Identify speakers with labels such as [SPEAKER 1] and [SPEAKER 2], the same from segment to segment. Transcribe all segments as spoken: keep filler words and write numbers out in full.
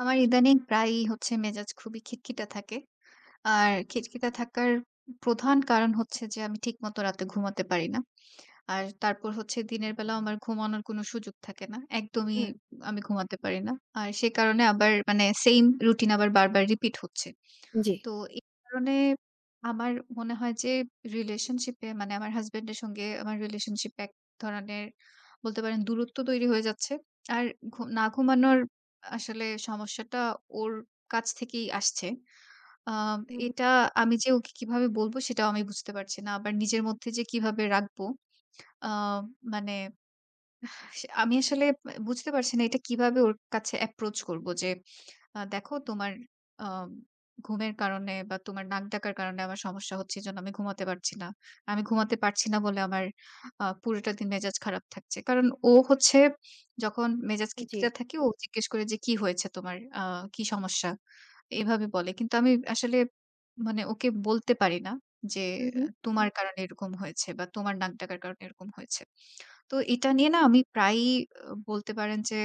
[SPEAKER 1] আমার ইদানিং প্রায়ই হচ্ছে মেজাজ খুবই খিটখিটে থাকে। আর খিটখিটে থাকার প্রধান কারণ হচ্ছে যে আমি ঠিকমতো রাতে ঘুমাতে পারি না। আর তারপর হচ্ছে দিনের বেলাও আমার ঘুমানোর কোনো সুযোগ থাকে না। একদমই
[SPEAKER 2] হুম।
[SPEAKER 1] আমি ঘুমাতে পারি না। আর সে কারণে আবার মানে সেইম রুটিন আবার বারবার রিপিট হচ্ছে।
[SPEAKER 2] জি।
[SPEAKER 1] তো এই কারণে আমার মনে হয় যে রিলেশনশিপে মানে আমার হাসব্যান্ড এর সঙ্গে আমার রিলেশনশিপ এক ধরনের বলতে পারেন দূরত্ব তৈরি হয়ে যাচ্ছে। আর ঘু না ঘুমানোর আসলে সমস্যাটা ওর কাছ থেকেই আসছে। আম
[SPEAKER 2] হুম, হুম।
[SPEAKER 1] এটা আমি যে ওকে কিভাবে বলব সেটাও আমি বুঝতে পারছি না। আবার নিজের মধ্যে যে কিভাবে রাখবো আ মানে সে- আমি আসলে বুঝতে পারছি না এটা কিভাবে ওর কাছে অ্যাপ্রোচ করব যে আ দেখো তোমার আ ঘুমের কারণে বা তোমার নাক ডাকার কারণে আমার সমস্যা হচ্ছে। এজন্য আমি ঘুমাতে পারছি না। আমি ঘুমাতে পারছি না বলে আমার আ পুরোটা দিন মেজাজ খারাপ থাকছে। কারণ ও হচ্ছে যখন মেজাজ
[SPEAKER 2] জি।
[SPEAKER 1] খিটখিটে থাকে ও জিজ্ঞেস করে যে, "কি হয়েছে তোমার? আ কি সমস্যা?" এভাবে বলে। কিন্তু আমি আসলে মানে ওকে বলতে পারি না যে,
[SPEAKER 2] হুম, হুম।
[SPEAKER 1] হুম। "তোমার কারণে এরকম হয়েছে বা তোমার নাক ডাকার কারণে এরকম হয়েছে।" তো এটা নিয়ে না আমি প্রায়ই আ বলতে পারেন যে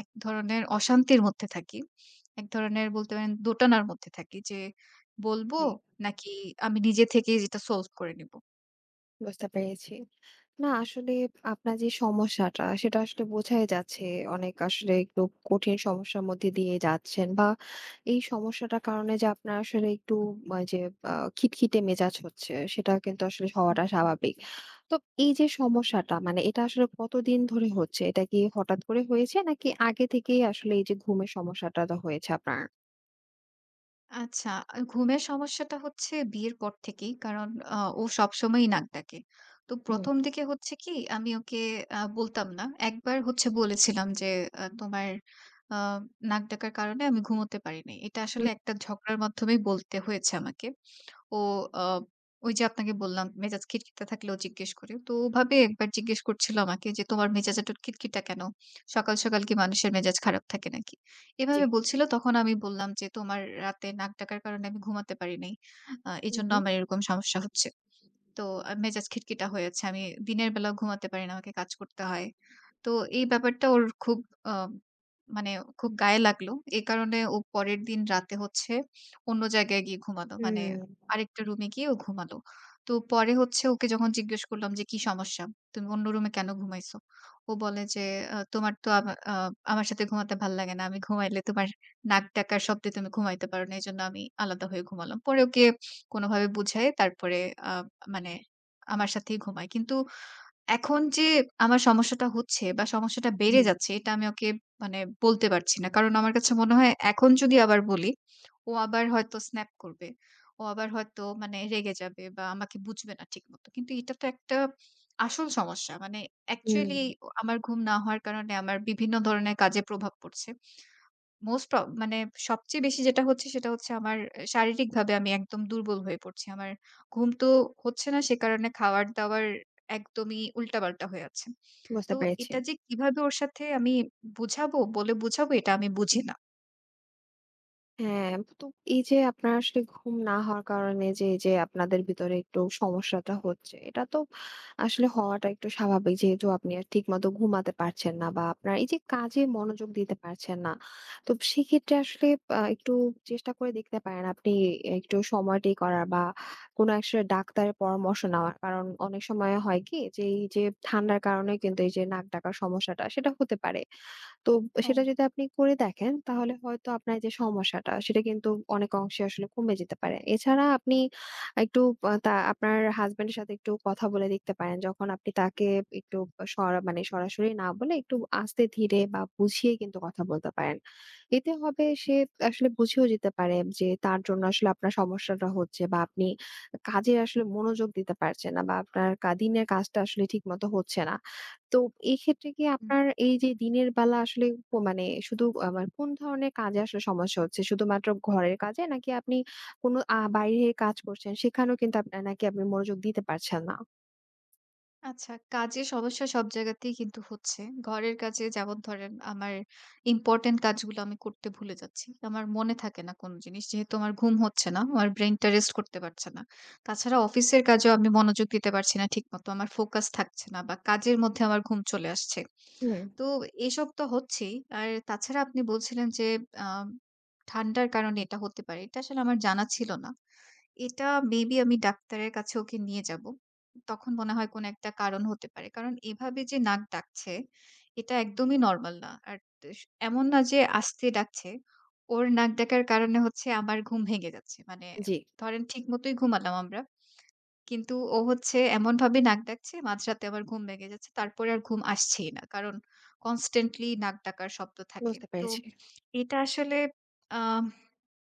[SPEAKER 1] এক ধরনের অশান্তির মধ্যে থাকি। এক ধরনের বলতে পারেন দোটানার মধ্যে থাকি যে বলবো
[SPEAKER 2] জি,
[SPEAKER 1] নাকি আমি নিজে থেকেই এটা সলভ করে নিব।
[SPEAKER 2] বুঝতে পেরেছি। না আসলে আপনার যে সমস্যাটা সেটা আসলে বোঝাই যাচ্ছে। অনেক আসলে একটু কঠিন সমস্যার মধ্যে দিয়ে যাচ্ছেন বা এই সমস্যাটার কারণে যে আপনার আসলে একটু আ যে আ খিটখিটে মেজাজ হচ্ছে সেটা কিন্তু আসলে হওয়াটা স্বাভাবিক। তো এই যে সমস্যাটা মানে এটা আসলে কতদিন ধরে হচ্ছে? এটা কি হঠাৎ করে হয়েছে নাকি আগে থেকেই আসলে এই যে ঘুমের সমস্যাটা হয়েছে আপনার?
[SPEAKER 1] আচ্ছা, আ ঘুমের সমস্যাটা হচ্ছে বিয়ের পর থেকেই। কারণ আ ও সবসময়ই নাক ডাকে। তো
[SPEAKER 2] হুম।
[SPEAKER 1] ১ম দিকে হচ্ছে কি আমি ওকে আ বলতাম না। একবার হচ্ছে বলেছিলাম যে আ তোমার আ নাক ডাকার কারণে আমি ঘুমোতে পারি নাই। এটা
[SPEAKER 2] হুম,
[SPEAKER 1] আসলে একটা ঝগড়ার মাধ্যমেই বলতে হয়েছে আমাকে। ও আ ওই যে আপনাকে বললাম মেজাজ খিটখিটে থাকলেও জিজ্ঞেস করে। তো ওভাবে একবার জিজ্ঞেস করছিল আমাকে যে, "তোমার মেজাজ এত খিটখিটা কেন? সকাল, সকাল কি মানুষের মেজাজ খারাপ থাকে নাকি?"
[SPEAKER 2] জি।
[SPEAKER 1] এভাবে বলছিল তখন আমি বললাম যে, "তোমার রাতে নাক ডাকার কারণে আমি ঘুমাতে পারি নাই। আ
[SPEAKER 2] হুম,
[SPEAKER 1] এজন্য
[SPEAKER 2] হুম।
[SPEAKER 1] আমার এরকম সমস্যা হচ্ছে। তো আ মেজাজ খিটখিটা হয়ে যাচ্ছে। আমি দিনের বেলাও ঘুমাতে পারি না। আমাকে কাজ করতে হয়। তো এই ব্যাপারটা ওর খুব আ মানে খুব গায়ে লাগলো। এ কারণে ও পরের দিন রাতে হচ্ছে অন্য জায়গায় গিয়ে ঘুমালো। মানে
[SPEAKER 2] হুম,
[SPEAKER 1] আরেকটা রুমে গিয়ে ও ঘুমালো। তো পরে হচ্ছে ওকে যখন জিজ্ঞেস করলাম যে, "কি সমস্যা? তুমি অন্য রুমে কেন ঘুমাইছো?" ও বলে যে, "আ তোমার তো আমা আ আমার সাথে ঘুমাতে ভাল লাগে না। আমি ঘুমাইলে তোমার নাক ডাকার শব্দে তুমি ঘুমাইতে পারো না। এজন্য আমি আলাদা হয়ে ঘুমালাম।" পরে ওকে কোনোভাবে বুঝায়ে তারপরে আ মানে আমার সাথেই ঘুমায়। কিন্তু এখন যে আমার সমস্যাটা হচ্ছে বা সমস্যাটা বেড়ে
[SPEAKER 2] জি।
[SPEAKER 1] যাচ্ছে এটা আমি ওকে মানে বলতে পারছি না। কারণ আমার কাছে মনে হয় এখন যদি আবার বলি, ও আবার হয়তো স্ন্যাপ করবে। ও আবার হয়তো মানে রেগে যাবে বা আমাকে বুঝবে না ঠিকমতো। কিন্তু এটা তো একটা আসল সমস্যা। মানে
[SPEAKER 2] হুম,
[SPEAKER 1] অ্যাকচুয়ালি আমার ঘুম না হওয়ার কারণে আমার বিভিন্ন ধরনের কাজে প্রভাব পড়ছে। মোস্ট অ মানে সবচেয়ে বেশি যেটা হচ্ছে সেটা হচ্ছে আমার এ শারীরিকভাবে আমি একদম দুর্বল হয়ে পড়ছি। আমার ঘুম তো হচ্ছে না সে কারণে খাবার-দাবার একদমই উল্টাপাল্টা হয়ে আছে।
[SPEAKER 2] বুঝতে
[SPEAKER 1] তো
[SPEAKER 2] পেরেছি।
[SPEAKER 1] এটা যে কিভাবে ওর সাথে আমি বুঝাবো, বলে বুঝাবো এটা আমি বুঝি না।
[SPEAKER 2] হ্যাঁ, তো এই যে আপনার আসলে ঘুম না হওয়ার কারণে যে, এই যে আপনাদের ভিতরে একটু সমস্যাটা হচ্ছে, এটা তো আসলে হওয়াটা একটু স্বাভাবিক। যেহেতু আপনি আর ঠিকমতো ঘুমাতে পারছেন না বা আপনার এই যে কাজে মনোযোগ দিতে পারছেন না। তো সেক্ষেত্রে আসলে আ একটু চেষ্টা করে দেখতে পারেন আপনি একটু সময়টি করার বা কোনো আসলে ডাক্তারের পরামর্শ নেওয়ার। কারণ অনেক সময় হয় কি যে, এই যে ঠান্ডার কারণে কিন্তু এই যে নাক ডাকার সমস্যাটা সেটা হতে পারে। তো
[SPEAKER 1] ও।
[SPEAKER 2] সেটা যদি আপনি করে দেখেন তাহলে হয়তো আপনার যে সমস্যাটা সেটা কিন্তু অনেক অংশে আসলে কমে যেতে পারে। এছাড়া আপনি একটু আ তা আপনার হাসব্যান্ডের সাথে একটু কথা বলে দেখতে পারেন। যখন আপনি তাকে একটু সরা মানে সরাসরি না বলে একটু আস্তে ধীরে বা বুঝিয়ে কিন্তু কথা বলতে পারেন। এতে হবে সে আসলে বুঝেও যেতে পারে যে তার জন্য আসলে আপনার সমস্যাটা হচ্ছে বা আপনি কাজে আসলে মনোযোগ দিতে পারছেন না বা আপনার কা দিনের কাজটা আসলে ঠিকমতো হচ্ছে না। তো এক্ষেত্রে কি আপনার এই যে দিনের বেলা আসলে প মানে শুধু আবার কোন ধরনের কাজে আসলে সমস্যা হচ্ছে? শুধুমাত্র ঘরের কাজে? নাকি আপনি কোনো আ বাইরের কাজ করছেন সেখানেও কিন্তু আপনার নাকি আপনি মনোযোগ দিতে পারছেন না?
[SPEAKER 1] আচ্ছা, কাজের সমস্যা সব জায়গাতেই কিন্তু হচ্ছে। ঘরের কাজে যেমন ধরেন আমার ইম্পোর্টেন্ট কাজগুলো আমি করতে ভুলে যাচ্ছি। আমার মনে থাকে না কোন জিনিস। যেহেতু আমার ঘুম হচ্ছে না, আমার ব্রেইনটা রেস্ট করতে পারছে না। তাছাড়া অফিসের কাজেও আমি মনোযোগ দিতে পারছি না ঠিকমতো। আমার ফোকাস থাকছে না বা কাজের মধ্যে আমার ঘুম চলে আসছে।
[SPEAKER 2] হুম,
[SPEAKER 1] তো এসব তো হচ্ছেই। আর তাছাড়া আপনি বলছিলেন যে আম ঠান্ডার কারণে এটা হতে পারে। এটা আসলে আমার জানা ছিল না। এটা মেবি আমি ডাক্তারের কাছে ওকে নিয়ে যাবো। তখন মনে হয় কোনো একটা কারণ হতে পারে। কারণ এভাবে যে নাক ডাকছে, এটা একদমই নরমাল না। আর তেস এমন না যে আস্তে ডাকছে। ওর নাক ডাকার কারণে হচ্ছে আমার ঘুম ভেঙে যাচ্ছে। মানে
[SPEAKER 2] জি।
[SPEAKER 1] ধরেন ঠিক মতোই ঘুমালাম আমরা। কিন্তু ও হচ্ছে এমনভাবে নাক ডাকছে মাঝরাতে আমার ঘুম ভেঙে যাচ্ছে। তারপরে আর ঘুম আসছেই না। কারণ কনস্ট্যান্টলি নাক ডাকার শব্দ থাকে।
[SPEAKER 2] বুঝতে
[SPEAKER 1] তো
[SPEAKER 2] পেরেছি।
[SPEAKER 1] এটা আসলে আ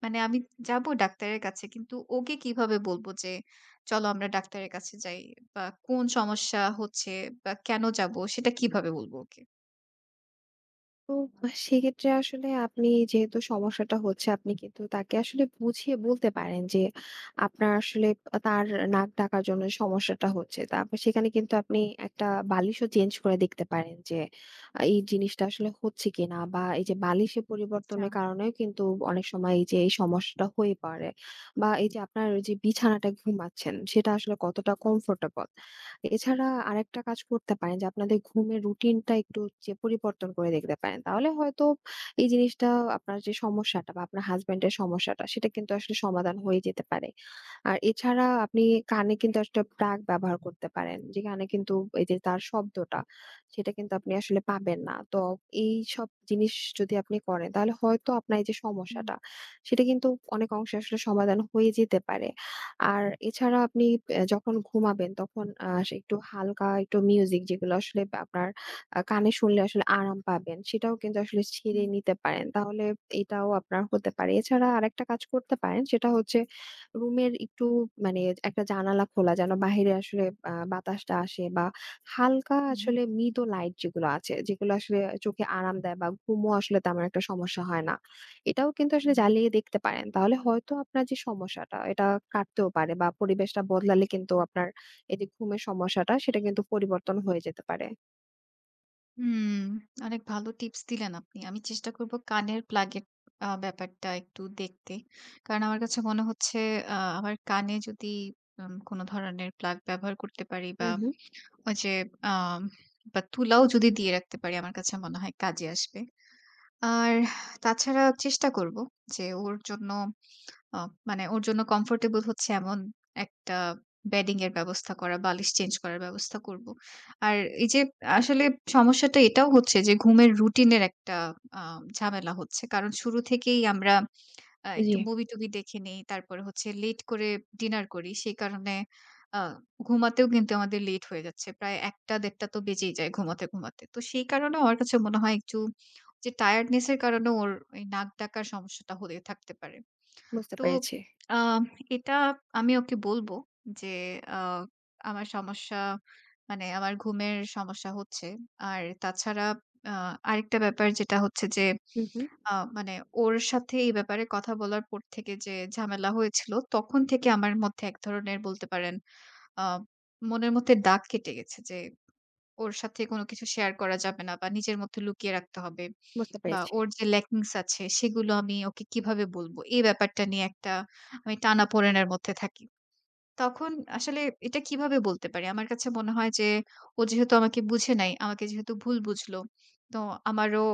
[SPEAKER 1] মানে আমি যাবো ডাক্তারের কাছে। কিন্তু ওকে কিভাবে বলবো যে, "চলো আমরা ডাক্তারের কাছে যাই" বা কোন সমস্যা হচ্ছে বা কেন যাবো সেটা কিভাবে বলবো ওকে?
[SPEAKER 2] তো সেক্ষেত্রে আসলে আপনি যেহেতু সমস্যাটা হচ্ছে আপনি কিন্তু তাকে আসলে বুঝিয়ে বলতে পারেন যে আপনার আসলে তার নাক ডাকার জন্য সমস্যাটা হচ্ছে তারপর সেখানে কিন্তু আপনি একটা বালিশও চেঞ্জ করে দেখতে পারেন যে আহ, এই জিনিসটা আসলে হচ্ছে কিনা বা এই যে বালিশে
[SPEAKER 1] আচ্ছা।
[SPEAKER 2] পরিবর্তনের কারণেও কিন্তু অনেক সময় এই যে এই সমস্যাটা হয়ে পড়ে বা এই যে আপনার যে বিছানাটা ঘুমাচ্ছেন সেটা আসলে কতটা কমফোর্টেবল। এছাড়া আরেকটা কাজ করতে পারেন যে আপনাদের ঘুমের রুটিনটা একটু যে পরিবর্তন করে দেখতে পারেন। তাহলে হয়তো এই জিনিসটা আপনার যে সমস্যাটা বা আপনার হাসব্যান্ডের সমস্যাটা সেটা কিন্তু আসলে সমাধান হয়ে যেতে পারে। আর এছাড়া আপনি কানে কিন্তু একটা প্লাগ ব্যবহার করতে পারেন। যে কানে কিন্তু এই যে তার শব্দটা সেটা কিন্তু আপনি আসলে পাবেন না। তো এইসব জিনিস যদি আপনি করেন তাহলে হয়তো আপনার এই যে
[SPEAKER 1] হুম,
[SPEAKER 2] সমস্যাটা সেটা কিন্তু অনেক অংশে আসলে সমাধান হয়ে যেতে পারে। আর এছাড়া আপনি অ্যা যখন ঘুমাবেন তখন আ সে একটু হালকা একটু মিউজিক যেগুলো আসলে বা আপনার আ কানে শুনলে আসলে আরাম পাবেন, সেটাও কিন্তু আসলে ছেড়ে
[SPEAKER 1] হুম,
[SPEAKER 2] নিতে পারেন। তাহলে এটাও আপনার হতে পারে। এছাড়া আরেকটা কাজ করতে পারেন সেটা হচ্ছে রুমের একটু মানে একটা জানালা খোলা যেন বাহিরে আসলে আ বাতাসটা আসে বা হালকা
[SPEAKER 1] হুম,
[SPEAKER 2] আসলে মৃদু লাইট যেগুলো আছে, যেগুলো আসলে চোখে আরাম দেয় বা ঘুমও আসলে তেমন একটা সমস্যা হয় না। এটাও কিন্তু আসলে
[SPEAKER 1] হুম।
[SPEAKER 2] জ্বালিয়ে দেখতে পারেন। তাহলে হয়তো আপনার যে সমস্যাটা এটা কাটতেও পারে বা পরিবেশটা বদলালে কিন্তু আপনার এই যে ঘুমের সমস্যাটা সেটা কিন্তু পরিবর্তন হয়ে যেতে পারে।
[SPEAKER 1] হুম, অনেক ভালো টিপস দিলেন আপনি। আমি চেষ্টা করব কানের প্লাগের আ ব্যাপারটা একটু দেখতে। কারণ আমার কাছে মনে হচ্ছে আ আমার কানে যদি উম কোনো ধরনের প্লাগ ব্যবহার করতে পারি
[SPEAKER 2] হুম,
[SPEAKER 1] বা
[SPEAKER 2] হুম।
[SPEAKER 1] ওই যে আম বা তুলাও যদি দিয়ে রাখতে পারি আমার কাছে মনে হয় কাজে আসবে। আর তাছাড়া চেষ্টা করব যে ওর জন্য আ মানে ওর জন্য কমফোর্টেবল হচ্ছে এমন একটা বেডিং এর ব্যবস্থা করা, বালিশ চেঞ্জ করার ব্যবস্থা করব। আর এই যে আসলে সমস্যাটা এটাও হচ্ছে যে ঘুমের রুটিনের একটা আ ঝামেলা হচ্ছে। কারণ শুরু থেকেই আমরা আ
[SPEAKER 2] জি।
[SPEAKER 1] একটু মুভি-টুভি দেখে নেই। তারপরে হচ্ছে লেট করে ডিনার করি। সেই কারণে আ ঘুমাতেও কিন্তু আমাদের লেট হয়ে যাচ্ছে। প্রায় একটা থেকে দেড়টা তো বেজেই যায় ঘুমাতে, ঘুমাতে। তো সেই কারণে আমার কাছে মনে হয় একটু যে টায়ার্ডনেস এর কারণে ওর এই নাক ডাকার সমস্যাটা হয়ে থাকতে পারে।
[SPEAKER 2] বুঝতে
[SPEAKER 1] তো
[SPEAKER 2] পেরেছি।
[SPEAKER 1] আ এটা আমি ওকে বলবো যে আ আমার সমস্যা মানে আমার ঘুমের সমস্যা হচ্ছে। আর তাছাড়া আ আরেকটা ব্যাপার যেটা হচ্ছে যে
[SPEAKER 2] হুম, হুম।
[SPEAKER 1] আ মানে ওর সাথে এই ব্যাপারে কথা বলার পর থেকে যে ঝামেলা হয়েছিল, তখন থেকে আমার মধ্যে এক ধরনের বলতে পারেন আ মনের মধ্যে দাগ কেটে গেছে যে ওর সাথে কোনো কিছু শেয়ার করা যাবে না বা নিজের মধ্যে লুকিয়ে রাখতে হবে।
[SPEAKER 2] বুঝতে
[SPEAKER 1] বা
[SPEAKER 2] পেরেছি।
[SPEAKER 1] ওর যে ল্যাকিংস আছে সেগুলো আমি ওকে কিভাবে বলব? এই ব্যাপারটা নিয়ে একটা আমি টানাপোড়েনের মধ্যে থাকি। তখন আসলে এটা কিভাবে বলতে পারি? আমার কাছে মনে হয় যে ও যেহেতু আমাকে বুঝে নাই, আমাকে যেহেতু ভুল বুঝলো, তো আমারও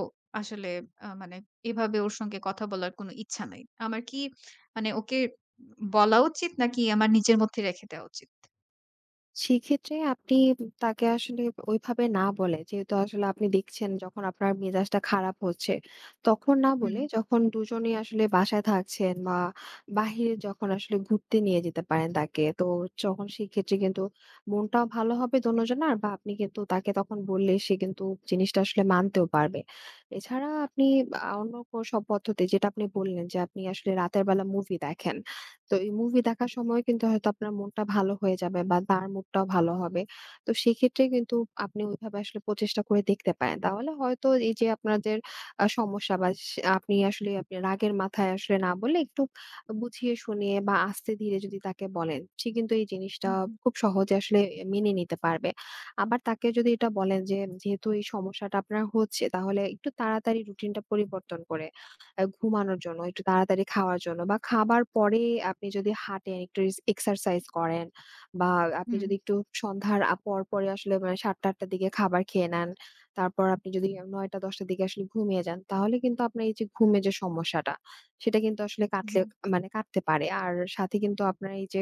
[SPEAKER 1] আসলে আ মানে এভাবে ওর সঙ্গে কথা বলার কোনো ইচ্ছা নাই। আমার কি মানে ওকে বলা উচিত নাকি আমার নিজের মধ্যে রেখে দেওয়া উচিত?
[SPEAKER 2] সেক্ষেত্রে আপনি তাকে আসলে ওইভাবে না বলে, যেহেতু আসলে আপনি দেখছেন যখন আপনার মেজাজটা খারাপ হচ্ছে, তখন না
[SPEAKER 1] হুম।
[SPEAKER 2] বলে যখন দুজনেই আসলে বাসায় থাকছেন বা বাহিরে যখন আসলে ঘুরতে নিয়ে যেতে পারেন তাকে, তো যখন সেক্ষেত্রে কিন্তু মনটাও ভালো হবে দোনোজনার বা আপনি কিন্তু তাকে তখন বললে সে কিন্তু জিনিসটা আসলে মানতেও পারবে। এছাড়া আপনি আ অন্য কো সব পদ্ধতি যেটা আপনি বললেন যে আপনি আসলে রাতের বেলা মুভি দেখেন। তো এই মুভি দেখার সময় কিন্তু হয়তো আপনার মনটা ভালো হয়ে যাবে বা তার মুডটাও ভালো হবে। তো সেক্ষেত্রে কিন্তু আপনি ওইভাবে আসলে প্রচেষ্টা করে দেখতে পারেন। তাহলে হয়তো এই যে আপনাদের আ সমস্যা বা সে আপনি আসলে আপনি রাগের মাথায় আসলে না বলে একটু বুঝিয়ে শুনিয়ে বা আস্তে ধীরে যদি তাকে বলেন, সে কিন্তু এই জিনিসটা
[SPEAKER 1] হুম, হুম।
[SPEAKER 2] খুব সহজে আসলে মেনে নিতে পারবে। আবার তাকে যদি এটা বলেন যে, যেহেতু এই সমস্যাটা আপনার হচ্ছে তাহলে একটু তাড়াতাড়ি রুটিনটা পরিবর্তন করে আ ঘুমানোর জন্য, একটু তাড়াতাড়ি খাওয়ার জন্য বা খাবার পরে আপনি যদি হাঁটেন, একটু রিস এক্সারসাইজ করেন বা আপনি
[SPEAKER 1] হুম,
[SPEAKER 2] যদি একটু সন্ধ্যার আ পর পরে আসলে মানে সাতটা আটটা র দিকে খাবার খেয়ে নেন। তারপর আপনি যদি নয়টা দশটা র দিকে আসলে ঘুমিয়ে যান, তাহলে কিন্তু আপনার এই যে ঘুমের যে সমস্যাটা, সেটা কিন্তু আসলে কাটলে
[SPEAKER 1] হুম,
[SPEAKER 2] মানে কাটতে পারে। আর সাথে কিন্তু আপনার এই যে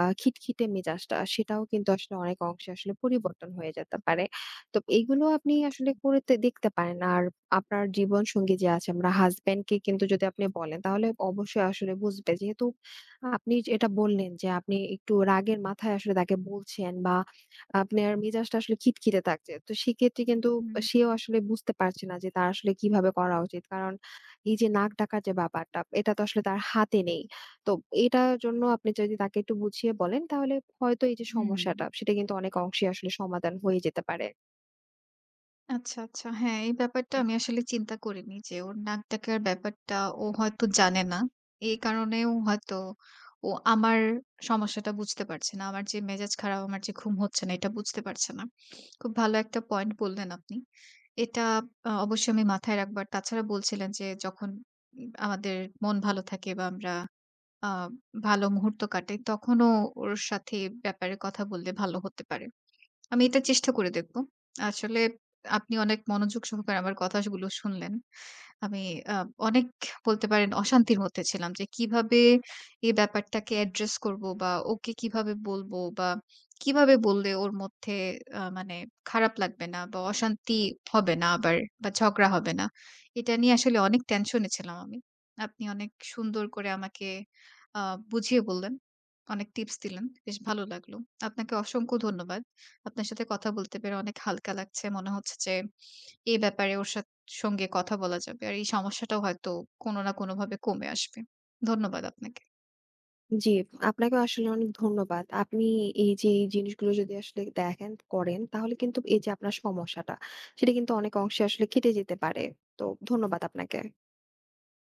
[SPEAKER 2] আ খিটখিটে মেজাজটা, সেটাও কিন্তু আসলে অনেক অংশে আসলে পরিবর্তন হয়ে যেতে পারে। তো এইগুলো আপনি আসলে করে তে দেখতে পারেন। আর আপনার জীবন সঙ্গী যে আছে আমরা হাসব্যান্ড কে কিন্তু যদি আপনি বলেন তাহলে অবশ্যই আসলে বুঝবে। যেহেতু আপনি যে এটা বললেন যে আপনি একটু রাগের মাথায় আসলে তাকে বলছেন বা আপনার মেজাজটা আসলে খিটখিটে থাকছে। তো সেক্ষেত্রে কিন্তু
[SPEAKER 1] হুম।
[SPEAKER 2] সেও আসলে বুঝতে পারছে না যে তার আসলে কিভাবে করা উচিত। কারণ এই যে নাক ডাকার যে ব্যাপারটা এটা তো আসলে তার হাতে নেই। তো এটার জন্য আপনি যদি তাকে একটু বুঝিয়ে বলেন তাহলে হয়তো এই যে
[SPEAKER 1] হুম।
[SPEAKER 2] সমস্যাটা সেটা কিন্তু অনেক অংশে আসলে সমাধান হয়ে যেতে পারে।
[SPEAKER 1] আচ্ছা, আচ্ছা। হ্যাঁ, এই ব্যাপারটা আমি আসলে চিন্তা করিনি যে ওর নাক ডাকার ব্যাপারটা ও হয়তো জানে না। এই কারণেও হয়তো ও আমার সমস্যাটা বুঝতে পারছে না। আমার যে মেজাজ খারাপ, আমার যে ঘুম হচ্ছে না এটা বুঝতে পারছে না। খুব ভালো একটা পয়েন্ট বললেন আপনি। এটা আ অবশ্যই আমি মাথায় রাখবো। আর তাছাড়া বলছিলেন যে যখন উম আমাদের মন ভালো থাকে বা আমরা আ ভালো মুহূর্ত কাটে তখনও ওর সাথে এ ব্যাপারে কথা বললে ভালো হতে পারে। আমি এটা চেষ্টা করে দেখব। আসলে আপনি অনেক মনোযোগ সহকারে আমার কথাগুলো শুনলেন। আমি আ অনেক বলতে পারেন অশান্তির মধ্যে ছিলাম যে কিভাবে এই ব্যাপারটাকে এড্রেস করব বা ওকে কিভাবে বলবো বা কিভাবে বললে ওর মধ্যে আ মানে খারাপ লাগবে না বা অশান্তি হবে না আবার বা ঝগড়া হবে না। এটা নিয়ে আসলে অনেক টেনশনে ছিলাম আমি। আপনি অনেক সুন্দর করে আমাকে আ বুঝিয়ে বললেন। অনেক টিপস দিলেন। বেশ ভালো লাগলো। আপনাকে অসংখ্য ধন্যবাদ। আপনার সাথে কথা বলতে পেরে অনেক হালকা লাগছে। মনে হচ্ছে যে এই ব্যাপারে ওর সাথে সঙ্গে কথা বলা যাবে। আর এই সমস্যাটাও হয়তো কোনো না কোনোভাবে কমে আসবে। ধন্যবাদ আপনাকে।
[SPEAKER 2] জি, আপনাকেও আসলে অনেক ধন্যবাদ। আপনি এই যে এই জিনিসগুলো যদি আসলে দেখেন, করেন তাহলে কিন্তু এই যে আপনার সমস্যাটা, সেটা কিন্তু অনেক অংশে আসলে কেটে যেতে পারে। তো ধন্যবাদ আপনাকে।